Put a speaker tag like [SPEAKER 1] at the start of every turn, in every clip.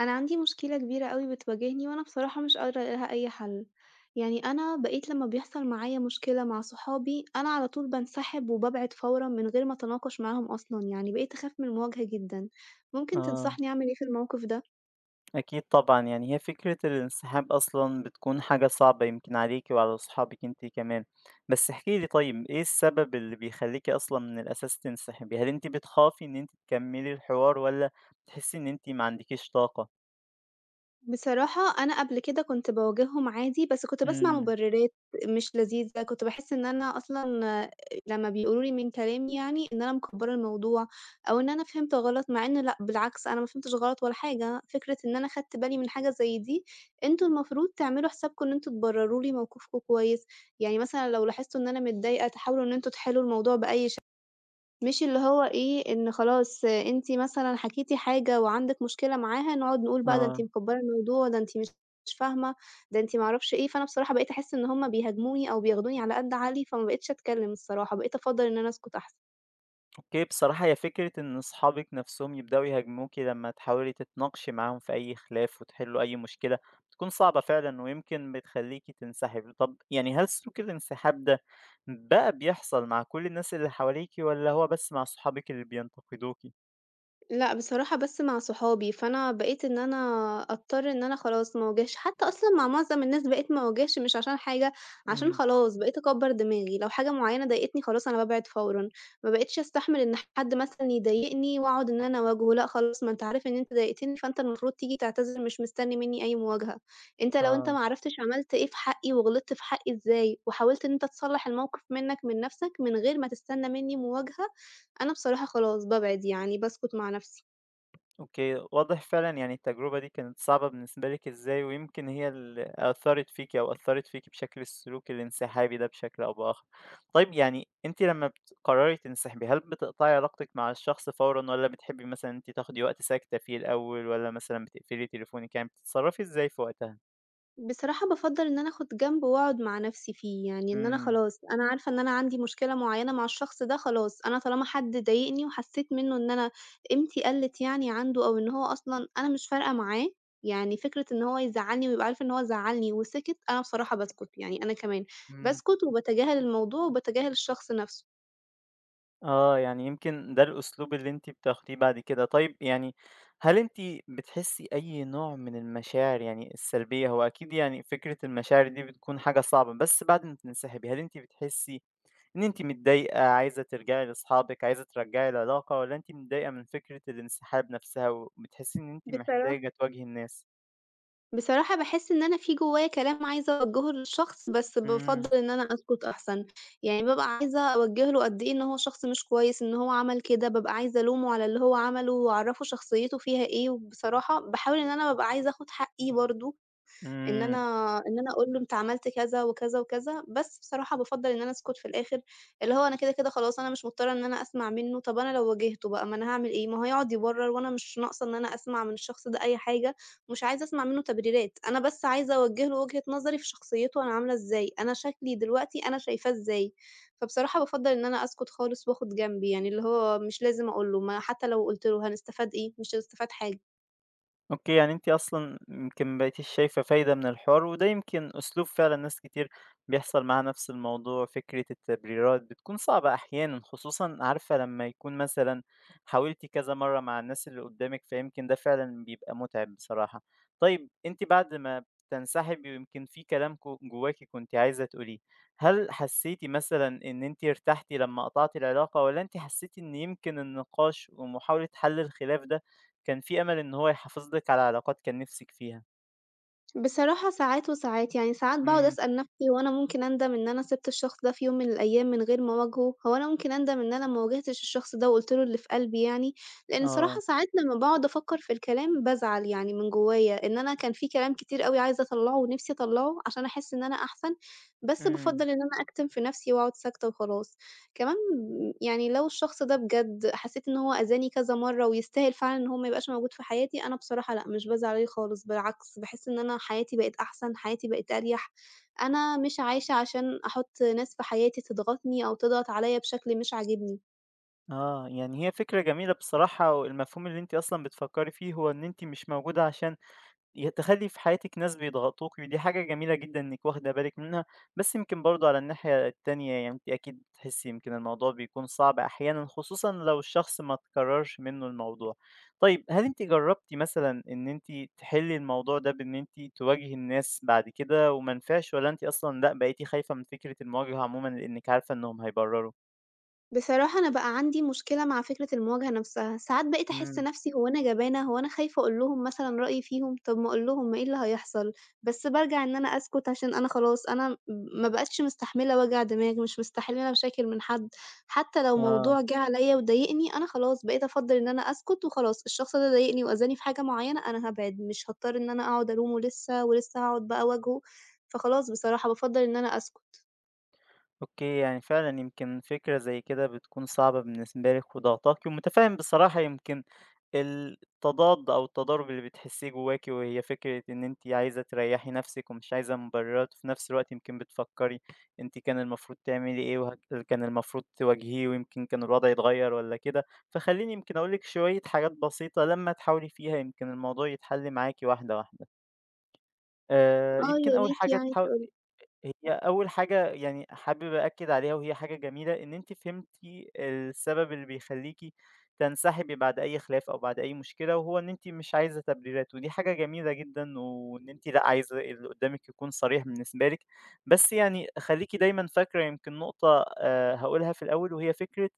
[SPEAKER 1] أنا عندي مشكلة كبيرة أوي بتواجهني وأنا بصراحة مش قادرة ألاقي لها أي حل، يعني أنا بقيت لما بيحصل معايا مشكلة مع صحابي أنا على طول بانسحب وبابعد فورًا من غير ما أتناقش معاهم أصلًا، يعني بقيت أخاف من المواجهة جدًا، ممكن
[SPEAKER 2] آه،
[SPEAKER 1] تنصحني أعمل إيه في الموقف ده؟
[SPEAKER 2] أكيد طبعًا، يعني هي فكرة الانسحاب أصلًا بتكون حاجة صعبة يمكن عليكِ وعلى صحابِك أنتِ كمان، بس احكي لي طيب إيه السبب اللي بيخلّيكِ أصلًا من الأساس تنسحبي؟ هل أنتِ بتخافي إن أنتِ تكمّلي الحوار والّا بتحسّي إن أنتِ ما عندكيش طاقة؟
[SPEAKER 1] بصراحة أنا قبل كده كنت باواجههم عادي، بس كنت باسمع
[SPEAKER 2] إمم،
[SPEAKER 1] مُبررات مش لذيذة، كنت باحس إن أنا أصلًا لمّا بيقولوا لي من كلامي يعني إن أنا مكبّرة الموضوع أو إن أنا فهمت غلط، مع إن لأ بالعكس أنا ما فهمتش غلط ولا حاجة، فكرة إن أنا خدت بالي من حاجة زي دي، أنتم المفروض تعملوا حسابكم إن أنتم تبرروا لي موقفكم كويس، يعني مثلًا لو لاحظتوا إن أنا متضايقة تحاولوا إن أنتم تحلوا الموضوع بأي مش اللي هو إيه، إن خلاص أنتِ مثلًا حكيتِ حاجة وعندِك مشكلة معاها، نقعد نقول بقى ده أنتِ
[SPEAKER 2] آه.
[SPEAKER 1] مكبّرة الموضوع، ده أنتِ مش فاهمة، ده أنتِ ما أعرفش إيه، فأنا بصراحة بقيت أحس إن هُم بيهاجموني أو بياخدوني على قد عقلي، فما بقيتش أتكلم الصراحة، بقيت أفضّل إن أنا أسكت أحسن.
[SPEAKER 2] أوكي، بصراحة هي فكرة إن صحابِك نفسهم يبدأوا يهاجموكِ لمّا تحاولي تتناقشي معاهم في أي خلاف وتحلوا أي مشكلة، بتكون صعبة فعلًا ويمكن بتخلّيكِ تنسحبي. طب يعني هل سلوك الانسحاب ده بقى بيحصل مع كل الناس اللي حواليكِ والّا هو بس مع صحابِك اللي بينتقدوكِ؟
[SPEAKER 1] لأ، بصراحة بس مع صحابي، فأنا بقيت إن أنا أضطر إن أنا خلاص ما أواجهش، حتى أصلًا مع معظم الناس بقيت ما أواجهش مش عشان حاجة، عشان
[SPEAKER 2] إمم،
[SPEAKER 1] خلاص بقيت أكبّر دماغي، لو حاجة معيّنة ضايقتني خلاص أنا بابعد فورًا، ما بقيتش أستحمل إن حد مثلًا يضايقني وأقعد إن أنا أواجهه، لأ خلاص ما أنت عارف إن أنت ضايقتني فأنت المفروض تيجي تعتذر مش مستني منّي أي مواجهة، أنت لو أنت
[SPEAKER 2] آه.
[SPEAKER 1] ما عرفتش عملت إيه في حقي وغلطت في حقي إزاي، وحاولت إن أنت تصلّح الموقف منّك من نَفْسك من غير ما تستنى منّي مواجهة، أنا بصراحة خلاص بابعد يعني، باسكت مع نَفْسي.
[SPEAKER 2] أوكي، واضح فعلًا يعني التجربة دي كانت صعبة بالنسبة لِك إزاي، ويمكن هي اللي أثّرت فيكِ أو أثّرت فيكِ بشكل السلوك الانسحابي ده بشكل أو بآخر. طيب يعني أنتِ لمّا بتقرري تنسحبي، هل بتقطعي علاقتِك مع الشخص فورًا والّا بتحبي مثلًا أنتِ تاخدي وقت ساكتة فيه الأول والّا مثلًا بتقفلي تليفونِك، يعني بتتصرّفي إزاي في وقتها؟
[SPEAKER 1] بصراحة بافضّل إن أنا آخُد جنب وأقعد مع نَفْسي فيه، يعني إن أنا
[SPEAKER 2] إمم،
[SPEAKER 1] خلاص أنا عارفة إن أنا عندي مشكلة معيّنة مع الشخص ده خلاص، أنا طالما حد ضايقني وحسّيت منّه إن أنا قيمتي قَلِّت يعني عنده أو إن هو أصلًا أنا مش فارقة معاه، يعني فكرة إن هو يزعّلني ويبقى عارف إن هو زعّلني وسِكِت، أنا بصراحة باسكُت، يعني أنا كمان
[SPEAKER 2] إمم.
[SPEAKER 1] باسكُت وباتجاهل الموضوع وباتجاهل الشخص نَفْسه.
[SPEAKER 2] آه، يعني يمكن ده الأسلوب اللي أنتِ بتاخديه بعد كده. طيب يعني هل أنتِ بتحسّي أي نوع من المشاعر يعني السلبية؟ هو أكيد يعني فكرة المشاعر دي بتكون حاجة صعبة، بس بعد ما بتنسحبي هل أنتِ بتحسّي إن أنتِ متضايقة، عايزة ترجعي لأصحابِك، عايزة ترجعي العلاقة، والّا أنتِ متضايقة من فكرة الانسحاب نفسها وبتحسّي إن أنتِ
[SPEAKER 1] بصرا
[SPEAKER 2] محتاجة تواجهي الناس؟
[SPEAKER 1] بصراحة باحس إن أنا في جوايا كلام عايزة أوجّهه للشخص، بس
[SPEAKER 2] إمم،
[SPEAKER 1] بافضّل إن أنا أسكت أحسن، يعني بابقى عايزة أوجّه له قد إيه إن هو شخص مش كويس، إن هو عمل كده، بابقى عايزة ألومه على اللي هو عمله وأعرّفه شخصيته فيها إيه، وبصراحة باحاول إن أنا بابقى عايزة آخُد حقّي برضه، إن أنا
[SPEAKER 2] إمم.
[SPEAKER 1] إن أنا أقول له أنت عملت كذا وكذا وكذا، بس بصراحة بافضّل إن أنا أسكت في الآخر، اللي هو أنا كده، كده خلاص أنا مش مضطرة إن أنا أسمع منّه، طَب أنا لو واجهته بقى ما أنا هاعمل إيه؟ ما هو هيقعد يبرّر وأنا مش ناقصة إن أنا أسمع من الشخص ده أي حاجة، ومش عايزة أسمع منّه تبريرات، أنا بس عايزة أوجّه له وجهة نظري في شخصيته أنا عاملة إزاي، أنا شكلي دلوقتي أنا شايفاه إزاي، فبصراحة بافضّل إن أنا أسكت خالص وآخد جنبي، يعني اللي هو مش لازم أقول له، ما حتى لو قُلت له هنستفاد إيه؟ مش هنستفاد حاجة.
[SPEAKER 2] أوكي، يعني أنتِ أصلًا يمكن ما بقيتيش شايفة فايدة من الحوار، وده يمكن أسلوب فعلًا ناس كتير بيحصل معاها نفس الموضوع، فكرة التبريرات بتكون صعبة أحيانًا، خصوصًا عارفة لمّا يكون مثلًا حاولتِ كذا مرّة مع الناس اللي قدّامِك، فيمكن ده فعلًا بيبقى متعب بصراحة. طيب أنتِ بعد ما بتنسحبي ويمكن في كلام جواكِ كنتِ عايزة تقوليه، هل حسيتِ مثلًا إن أنتِ ارتحتِ لمّا قطعتِ العلاقة والّا أنتِ حسيتِ إن يمكن النقاش ومحاولة حل الخلاف ده كان في أمل إن هو يحافظ لِك على علاقات كان نِفْسِك فيها.
[SPEAKER 1] بصراحة ساعات وساعات، يعني ساعات باقعد
[SPEAKER 2] إمم.
[SPEAKER 1] أسأل نَفْسي هو أنا ممكن أندم إن أنا سِبت الشخص ده في يوم من الأيام من غير ما أواجهه، هو أنا ممكن أندم إن أنا ما واجهتش الشخص ده وقُلت له اللي في قلبي يعني، لإن
[SPEAKER 2] آه.
[SPEAKER 1] صراحة ساعات لمّا باقعد أفكّر في الكلام بازعل يعني من جوّايا، إن أنا كان في كلام كتير أوي عايزة أطلّعه ونِفْسي أطلّعه عشان أحس إن أنا أحسن، بس بافضّل
[SPEAKER 2] إمم.
[SPEAKER 1] إن أنا أكتم في نَفْسي وأقعد ساكتة وخلاص. كمان يعني لو الشخص ده بجد حسيت إن هو أذاني كذا مرّة ويستاهل فعلًا إن هو ما يبقاش موجود في حياتي، أنا بصراحة لأ، مش بازعل عليه خالص، بالعكس باحس إن أنا حياتي بقت أحسن، حياتي بقت أريح، أنا مش عايشة عشان أحُط ناس في حياتي تضغطني أو تضغط عليّا بشكل مش عاجبني.
[SPEAKER 2] آه. يعني هي فكرة جميلة بصراحة والمفهوم اللي أنتِ أصلًا بتفكّري فيه هو إن أنتِ مش موجودة عشان تخلّي في حياتِك ناس بيضغطوكِ، ودي حاجة جميلة جدًا إنِّك واخدة بالِك منها، بس يمكن برضه على الناحية التانية يعني أنتِ أكيد بتحسّي يمكن الموضوع بيكون صعب أحيانًا، خصوصًا لو الشخص ما تكرّرش منّه الموضوع. طيب هل أنتِ جرّبتِ مثلًا إن أنتِ تحلّي الموضوع ده بإن أنتِ تواجهي الناس بعد كده وما نفعش والّا أنتِ أصلًا لأ، بقيتِ خايفة من فكرة المواجهة عمومًا لإنِّك عارفة إنّهم هيبرّروا؟
[SPEAKER 1] بصراحة أنا بقى عندي مشكلة مع فكرة المواجهة نفسها، ساعات بقيت أحس
[SPEAKER 2] إمم،
[SPEAKER 1] نفسي هو أنا جبانة، هو أنا خايفة أقول لهم مثلًا رأيي فيهم، طب ما أقول لهم ما إيه اللي هيحصل، بس بارجع إن أنا أسكت عشان أنا خلاص أنا م ما بقيتش مستحملة وجع دماغ، مش مستحملة مشاكل من حد، حتى لو
[SPEAKER 2] آه.
[SPEAKER 1] موضوع جه عليَّ وضايقني أنا خلاص بقيت أفضّل إن أنا أسكت وخلاص، الشخص ده ضايقني وأذاني في حاجة معينة أنا هابعد، مش هاضطر إن أنا أقعد ألومه لسه، ولسه هاقعد بقى أواجهه، فخلاص بصراحة بافضّل إن أنا أسكت.
[SPEAKER 2] أوكي، يعني فعلًا يمكن فكرة زي كده بتكون صعبة بالنسبة لِك وضاغطاكِ، ومتفهم بصراحة يمكن التضاد أو التضارب اللي بتحسيه جواكِ، وهي فكرة إن أنتِ عايزة تريحي نفسِك ومش عايزة مبررات، وفي نفس الوقت يمكن بتفكري أنتِ كان المفروض تعملي إيه، كان المفروض تواجهيه، ويمكن كان الوضع يتغير والّا كده. فخليني يمكن أقول لِك شوية حاجات بسيطة لمّا تحاولي فيها يمكن الموضوع يتحل معاكِ واحدة واحدة.
[SPEAKER 1] آه،
[SPEAKER 2] يمكن
[SPEAKER 1] يا
[SPEAKER 2] أول
[SPEAKER 1] ريت
[SPEAKER 2] حاجة
[SPEAKER 1] يعني تقول.
[SPEAKER 2] هي أول حاجة يعني حابب أأكد عليها وهي حاجة جميلة إن أنتِ فهمتِ السبب اللي بيخليكِ تنسحبي بعد أي خلاف أو بعد أي مشكلة، وهو إن أنتِ مش عايزة تبريرات، ودي حاجة جميلة جدًا، وإن أنتِ لأ عايزة اللي قدامِك يكون صريح بالنسبة لِك، بس يعني خليكِ دايمًا فاكرة يمكن نقطة هاقولها في الأول وهي فكرة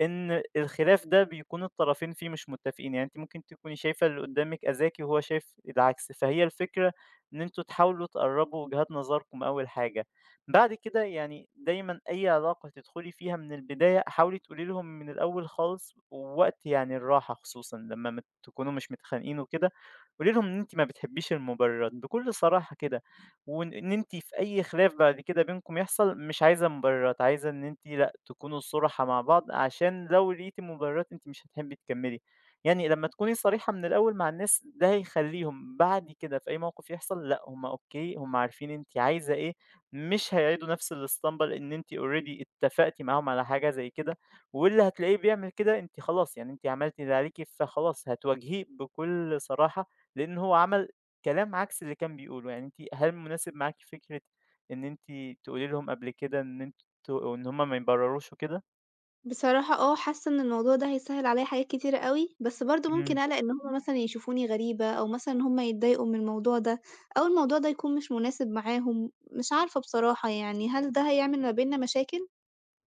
[SPEAKER 2] إن الخلاف ده بيكون الطرفين فيه مش متّفقين، يعني أنتِ ممكن تكوني شايفة اللي قدّامِك أذكى وهو شايف العكس، فهي الفكرة إن أنتم تحاولوا تقرّبوا وجهات نظركم أول حاجة. بعد كده يعني دايمًا أي علاقة تدخلي فيها من البداية حاولي تقولي لهم من الأول خالص ووقت يعني الراحة خصوصًا لمّا تكونوا مش متخانقين وكده، قولي لهم إن أنتِ ما بتحبيش المُبرّرات بكل صراحة كده. وإن أنتِ في أي خلاف بعد كده بينكم يحصل مش عايزة مبررات، عايزة إن أنتِ لأ، تكونوا صُرحا مع بعض عشان لو لقيتِ مبررات أنتِ مش هتحبي تكمّلي. يعني لمّا تكوني صريحة من الأول مع الناس ده هيخلّيهم بعد كده في أي موقف يحصل لأ، هم أوكي، هم عارفين أنتِ عايزة إيه، مش هيعيدوا نفس الإسطمبة لإن أنتِ already اتفقتِ معاهم على حاجة زي كده، واللي هتلاقيه بيعمل كده أنتِ خلاص يعني أنتِ عملتِ اللي عليكِ، فخلاص هتواجهيه بكل صراحة لإن هو عمل كلام عكس اللي كان بيقوله، يعني أنتِ هل مناسب معاكِ فكرة إن أنتِ تقولي لهم قبل كده إن هُم ما يبرروش وكده؟
[SPEAKER 1] بصراحة آه، حاسة إن الموضوع ده هيسهّل عليَّ حاجات كتيرة أوي، بس برضه ممكن أقلق إن هُم مثلًا يشوفوني غريبة، أو مثلًا إن هُم يتضايقوا من الموضوع ده، أو الموضوع ده يكون مش مناسب معاهم، مش عارفة بصراحة يعني هل ده هيعمل ما بيننا مشاكل؟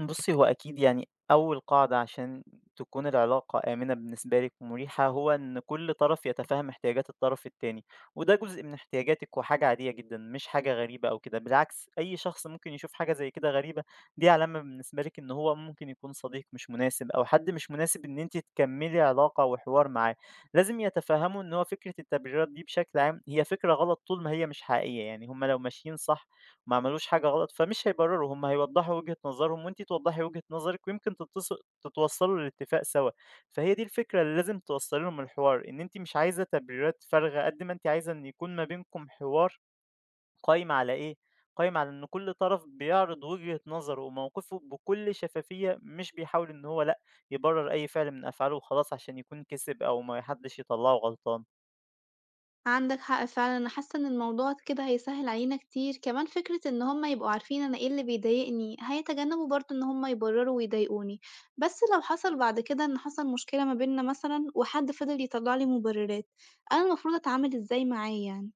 [SPEAKER 2] بُصّي، هو أكيد يعني أول قاعدة عشان تكون العلاقة آمنة بالنسبة لِك ومريحة، هو إن كل طرف يتفهم احتياجات الطرف التاني، وده جزء من احتياجاتِك وحاجة عادية جدًا، مش حاجة غريبة أو كده، بالعكس أي شخص ممكن يشوف حاجة زي كده غريبة، دي علامة بالنسبة لِك إن هو ممكن يكون صديق مش مناسب أو حد مش مناسب إن أنتِ تكمّلي علاقة وحوار معاه. لازم يتفهموا إن هو فكرة التبريرات دي بشكل عام هي فكرة غلط طول ما هي مش حقيقية، يعني هُم لو ماشيين صح ما عملوش حاجة غلط، فمش هيبرروا، هم هيوضّحوا وجهة نظرهم وأنتِ توضّحي وجهة نظرِك ويمكن تتوصّلوا لاتفاق سوا، فهي دي الفكرة اللي لازم توصّلي لهم الحوار، إن أنتِ مش عايزة تبريرات فارغة قد ما أنتِ عايزة إن يكون ما بينكم حوار قايم على إيه، قايم على إن كل طرف بيعرض وجهة نظره وموقفه بكل شفافية، مش بيحاول إن هو لأ، يبرر أي فعل من أفعاله وخلاص عشان يكون كسب أو ما حدش يطلّعه غلطان.
[SPEAKER 1] عندك حق فعلًا، أنا حاسة إن الموضوع كده هيسهّل علينا كتير، كمان فكرة إن هُم يبقوا عارفين أنا إيه اللي بيضايقني، هيتجنبوا برضه إن هُم يبرروا ويضايقوني، بس لو حصل بعد كده إن حصل مشكلة ما بيننا مثلًا، وحد فضل يطلّع لي مبررات، أنا المفروض أتعامل إزاي معاه يعني؟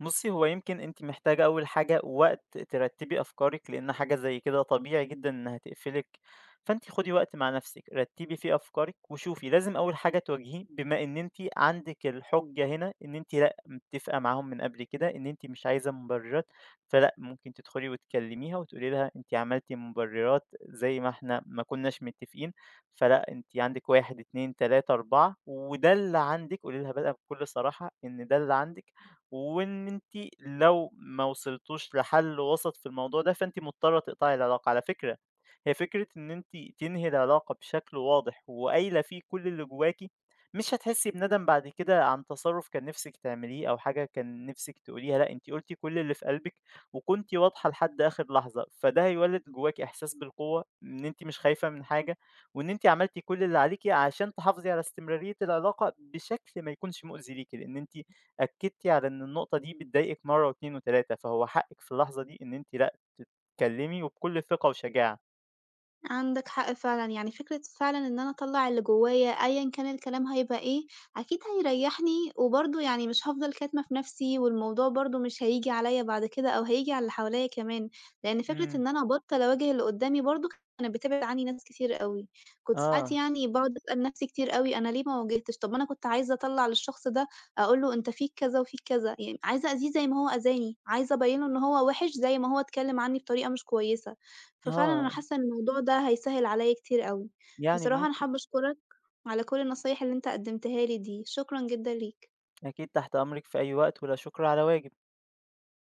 [SPEAKER 2] بُصّي، هو يمكن أنتِ محتاجة أول حاجة وقت ترتّبي أفكارِك، لإن حاجة زي كده طبيعي جدًا إنها تقفلِك، فأنتِ خدي وقت مع نَفْسِك، رتّبي فيه أفكارِك وشوفي، لازم أول حاجة تواجهيه بما إن أنتِ عندِك الحُجة هنا إن أنتِ لأ، متّفقة معاهم من قبل كده إن أنتِ مش عايزة مُبرّرات، فلأ، ممكن تدخُلي وتكلّميها وتقولي لها أنتِ عملتِ مُبرّرات زي ما إحنا ما كُناش متّفقين، فلأ، أنتِ عندِك 1، 2، 3، 4 وده اللي عندِك، قولي لها بقى بكل صراحة إن ده اللي عندِك وإن أنتِ لو ما وصلتوش لحل وسط في الموضوع ده، فأنتِ مضطرة تقطعي العلاقة. على فكرة هي فكرة إن أنتِ تنهي العلاقة بشكل واضح وقايلة فيه كل اللي جواكِ، مش هتحسي بندم بعد كده عن تصرُّف كان نِفْسِك تعمليه أو حاجة كان نِفْسِك تقوليها، لأ أنتِ قُلتِ كل اللي في قلبِك وكنتِ واضحة لحد آخر لحظة، فده هيولِّد جواكِ إحساس بالقوة، إن أنتِ مش خايفة من حاجة وإن أنتِ عملتِ كل اللي عليكِ عشان تحافظي على استمرارية العلاقة بشكل ما يكونش مؤذي ليكِ، لإن أنتِ أكدتِ على إن النقطة دي بتضايقِك مرّة و2 و3، فهو حقِك في اللحظة دي إن أنتِ لأ، تتكلمي وبكل ثقة وشجاعة.
[SPEAKER 1] عندك حق فعلًا، يعني فكرة فعلًا إن أنا أطلّع اللي جوايا أيًا كان الكلام هيبقى إيه، أكيد هيريّحني وبرضه يعني مش هافضل كاتمة في نَفْسي والموضوع برضه مش هييجي عليّا بعد كده أو هييجي على اللي حواليّا كمان، لإن فكرة
[SPEAKER 2] إمم.
[SPEAKER 1] إن أنا أبطّل أواجه اللي قُدّامي برضه كانت بتبعد عني ناس كتير أوي، كنت ساعات
[SPEAKER 2] آه،
[SPEAKER 1] يعني باقعد أسأل نَفْسي كتير أوي أنا ليه ما واجهتش، طَب ما أنا كنت عايزة أطلّع للشخص ده أقول له أنت فيك كذا وفيك كذا، يعني عايزة أأذيه زي ما هو أذاني، عايزة أبيّن له إن هو وِحِش زي ما هو اتكلّم عني بطريقة مش كويسة. ففعلًا أنا
[SPEAKER 2] آه،
[SPEAKER 1] حاسة إن الموضوع ده هيسهِّل عليّا كتير أوي.
[SPEAKER 2] يعني
[SPEAKER 1] بصراحة أنا
[SPEAKER 2] ممكن
[SPEAKER 1] حابة أشكرك على كل النصايح اللي أنت قدّمتها لي دي، شكرًا جدًا ليك.
[SPEAKER 2] أكيد تحت أمرِك في أي وقت، ولا شكر على واجب.